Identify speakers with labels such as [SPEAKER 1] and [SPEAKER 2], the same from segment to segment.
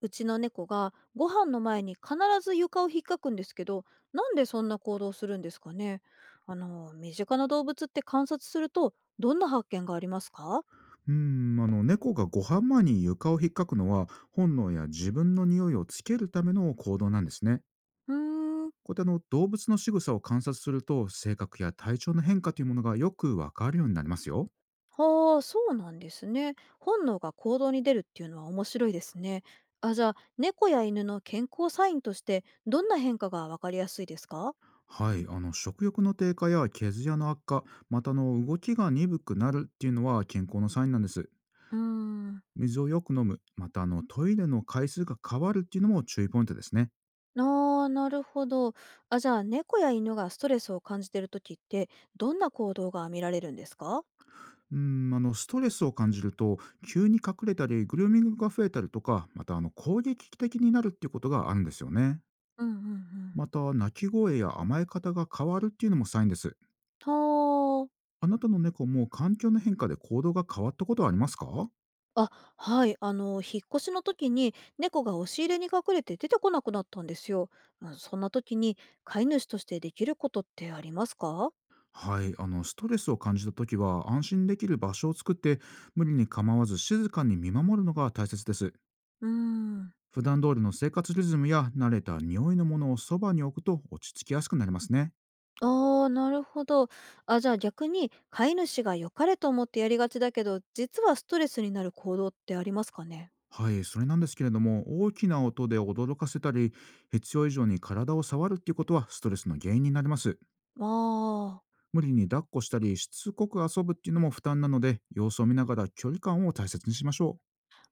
[SPEAKER 1] うちの猫がご飯の前に必ず床を引っかくんですけど、なんでそんな行動するんですかね。身近な動物って観察すると、どんな発見がありますか？
[SPEAKER 2] 猫がご飯前に床を引っかくのは、本能や自分の匂いをつけるための行動なんですね。
[SPEAKER 1] うーん、
[SPEAKER 2] こうやって動物の仕草を観察すると、性格や体調の変化というものがよくわかるようになりますよ。
[SPEAKER 1] はあ、そうなんですね。本能が行動に出るっていうのは面白いですね。あ、じゃあ、猫や犬の健康サインとして、どんな変化がわかりやすいですか？
[SPEAKER 2] はい、食欲の低下や毛艶の悪化、また動きが鈍くなるっていうのは健康のサインなんです。
[SPEAKER 1] うーん。
[SPEAKER 2] 水をよく飲む、またトイレの回数が変わるっていうのも注意ポイントですね。
[SPEAKER 1] あー、なるほど。あ、じゃあ、猫や犬がストレスを感じてる時って、どんな行動が見られるんですか？
[SPEAKER 2] うストレスを感じると、急に隠れたり、グルーミングが増えたりとか、また攻撃的になるっていうことがあるんですよね。
[SPEAKER 1] うんうんうん。
[SPEAKER 2] また、鳴き声や甘え方が変わるっていうのもサインです。
[SPEAKER 1] はあ。
[SPEAKER 2] あなたの猫も環境の変化で行動が変わったことはありますか？
[SPEAKER 1] あ、はい。引っ越しの時に猫が押し入れに隠れて出てこなくなったんですよ。うん、そんな時に飼い主としてできることってありますか？
[SPEAKER 2] はい、ストレスを感じたときは、安心できる場所を作って、無理に構わず静かに見守るのが大切です。
[SPEAKER 1] うーん。
[SPEAKER 2] 普段通りの生活リズムや慣れた匂いのものをそばに置くと落ち着きやすくなりますね。
[SPEAKER 1] ああ、なるほど。あ、じゃあ逆に飼い主が良かれと思ってやりがちだけど、実はストレスになる行動ってありますかね。
[SPEAKER 2] はい、それなんですけれども、大きな音で驚かせたり、必要以上に体を触るっていうことはストレスの原因になります。
[SPEAKER 1] ああー。
[SPEAKER 2] 無理に抱っこしたり、しつこく遊ぶっていうのも負担なので、様子を見ながら距離感を大切にしましょ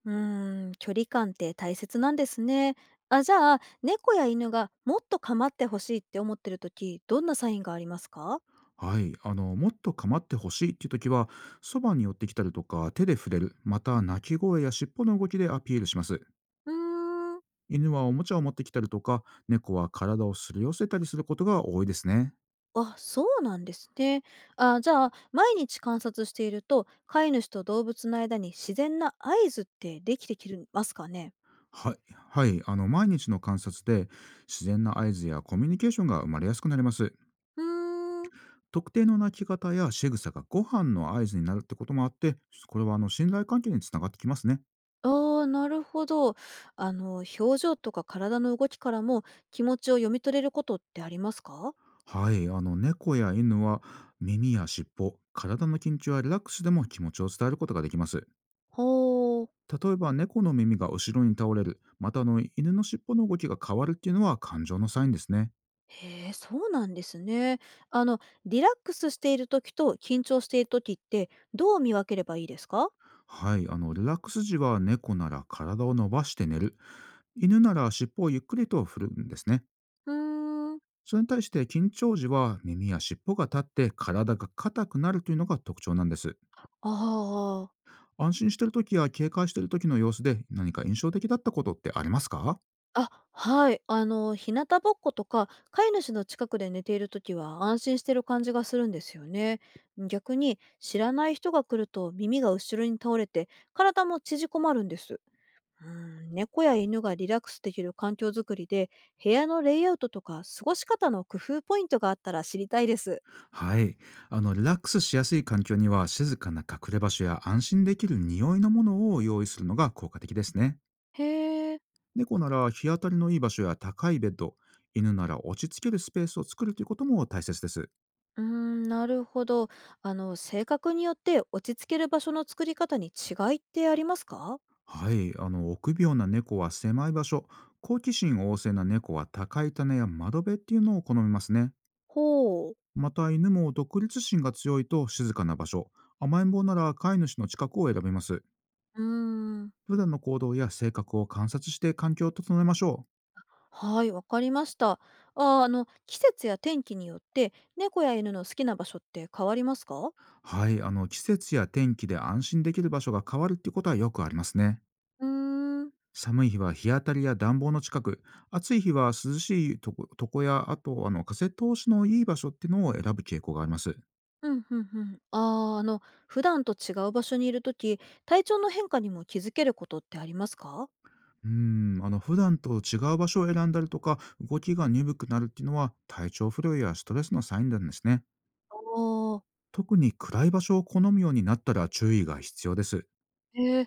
[SPEAKER 1] 距離感って大切なんですね。あ、じゃあ、猫や犬がもっと構ってほしいって思ってる時、どんなサインがありますか？
[SPEAKER 2] う。はい、もっと構ってほしいっていう時は、そばに寄ってきたりとか、手で触れる、また鳴き声や尻尾の動きでアピールします。
[SPEAKER 1] うーん、
[SPEAKER 2] 犬はおもちゃを持ってきたりとか、猫は体をすり寄せたりすることが多いですね。
[SPEAKER 1] あ、そうなんですね。あ、じゃあ、毎日観察していると、飼い主と動物の間に自然な合図ってできてきますかね。
[SPEAKER 2] はい、はい、毎日の観察で自然な合図やコミュニケーションが生まれやすくなります。
[SPEAKER 1] うーん、
[SPEAKER 2] 特定の鳴き方や仕草がご飯の合図になるってこともあって、これは信頼関係につながってきますね。
[SPEAKER 1] あー、なるほど。表情とか体の動きからも気持ちを読み取れることってありますか？
[SPEAKER 2] はい、猫や犬は耳や尻尾、体の緊張やリラックスでも気持ちを伝えることができます。
[SPEAKER 1] ほー。
[SPEAKER 2] 例えば猫の耳が後ろに倒れる、また犬の尻尾の動きが変わるっていうのは感情のサインですね。
[SPEAKER 1] へえ、そうなんですね。あの、リラックスしている時と緊張している時って、どう見分ければいいですか？
[SPEAKER 2] はい、リラックス時は猫なら体を伸ばして寝る、犬なら尻尾をゆっくりと振るんですね。
[SPEAKER 1] うーん。
[SPEAKER 2] それに対して緊張時は耳や尻尾が立って体が硬くなるというのが特徴なんです。
[SPEAKER 1] ああ。
[SPEAKER 2] 安心している時や警戒している時の様子で何か印象的だったことってありますか？
[SPEAKER 1] あ、はい。日向ぼっことか、飼い主の近くで寝ている時は安心してる感じがするんですよね。逆に、知らない人が来ると耳が後ろに倒れて、体も縮こまるんです。うん、猫や犬がリラックスできる環境づくりで、部屋のレイアウトとか過ごし方の工夫ポイントがあったら知りたいです。
[SPEAKER 2] はい。あの、リラックスしやすい環境には静かな隠れ場所や安心できる匂いのものを用意するのが効果的ですね。
[SPEAKER 1] へえ、
[SPEAKER 2] 猫なら日当たりのいい場所や高いベッド、犬なら落ち着けるスペースを作るということも大切です。
[SPEAKER 1] うーん、なるほど。性格によって落ち着ける場所の作り方に違いってありますか？
[SPEAKER 2] はい、臆病な猫は狭い場所、好奇心旺盛な猫は高い棚や窓辺っていうのを好みますね。
[SPEAKER 1] ほう。
[SPEAKER 2] また犬も独立心が強いと静かな場所、甘えん坊なら飼い主の近くを選びます。
[SPEAKER 1] うーん、
[SPEAKER 2] 普段の行動や性格を観察して環境を整えましょ
[SPEAKER 1] はい、わかりました。季節や天気によって猫や犬の好きな場所って変わりますか？
[SPEAKER 2] う。はい、季節や天気で安心できる場所が変わるっていうことはよくありますね。
[SPEAKER 1] うーん、
[SPEAKER 2] 寒い日は日当たりや暖房の近く、暑い日は涼しいとことこや、あと風通しのいい場所っていうのを選ぶ傾向があります。
[SPEAKER 1] うん、うんうん。ああ、普段と違う場所にいるとき、体調の変化にも気づけることってありますか？
[SPEAKER 2] う普段と違う場所を選んだりとか、動きが鈍くなるっていうのは体調不良やストレスのサインなんですね。
[SPEAKER 1] ああー、
[SPEAKER 2] 特に暗い場所を好むようになったら注意が必要です。
[SPEAKER 1] へえ。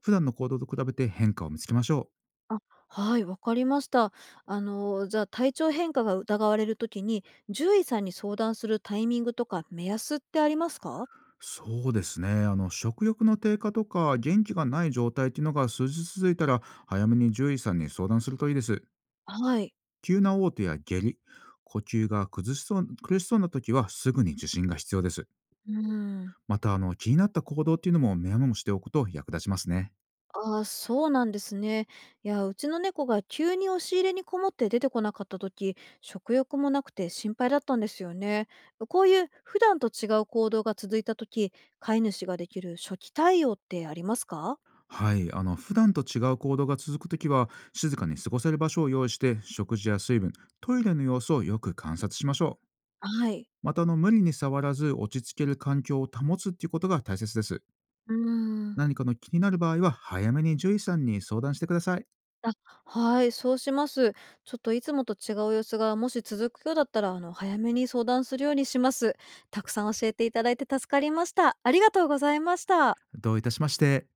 [SPEAKER 2] 普段の行動と比べて変化を見つけましょ
[SPEAKER 1] あ、はい、わかりました。じゃあ、体調変化が疑われる時に、獣医さんに相談するタイミングとか目安ってあります
[SPEAKER 2] う。
[SPEAKER 1] か？
[SPEAKER 2] そうですね。あの、食欲の低下とか元気がない状態っていうのが数日続いたら、早めに獣医さんに相談するといいです。
[SPEAKER 1] はい。
[SPEAKER 2] 急な嘔吐や下痢、呼吸が崩しそう苦しそうな時はすぐに受診が必要です。
[SPEAKER 1] うーん。
[SPEAKER 2] また気になった行動っていうのもメモしておくと役立ちますね。
[SPEAKER 1] ああ、そうなんですね。いや、うちの猫が急に押し入れにこもって出てこなかった時、食欲もなくて心配だったんですよね。こういう普段と違う行動が続いた時、飼い主ができる初期対応ってありますか？
[SPEAKER 2] はい、普段と違う行動が続くときは静かに過ごせる場所を用意して食事や水分、トイレの様子をよく観察しましょう。
[SPEAKER 1] はい。
[SPEAKER 2] また無理に触らず落ち着ける環境を保つっていうことが大切です。
[SPEAKER 1] うーん。
[SPEAKER 2] 何かの気になる場合は早めに獣医さんに相談してください。
[SPEAKER 1] あ、はい、そうします。ちょっといつもと違う様子がもし続くようだったら、早めに相談するようにします。たくさん教えていただいて助かりました。ありがとうございました。
[SPEAKER 2] どういたしまして。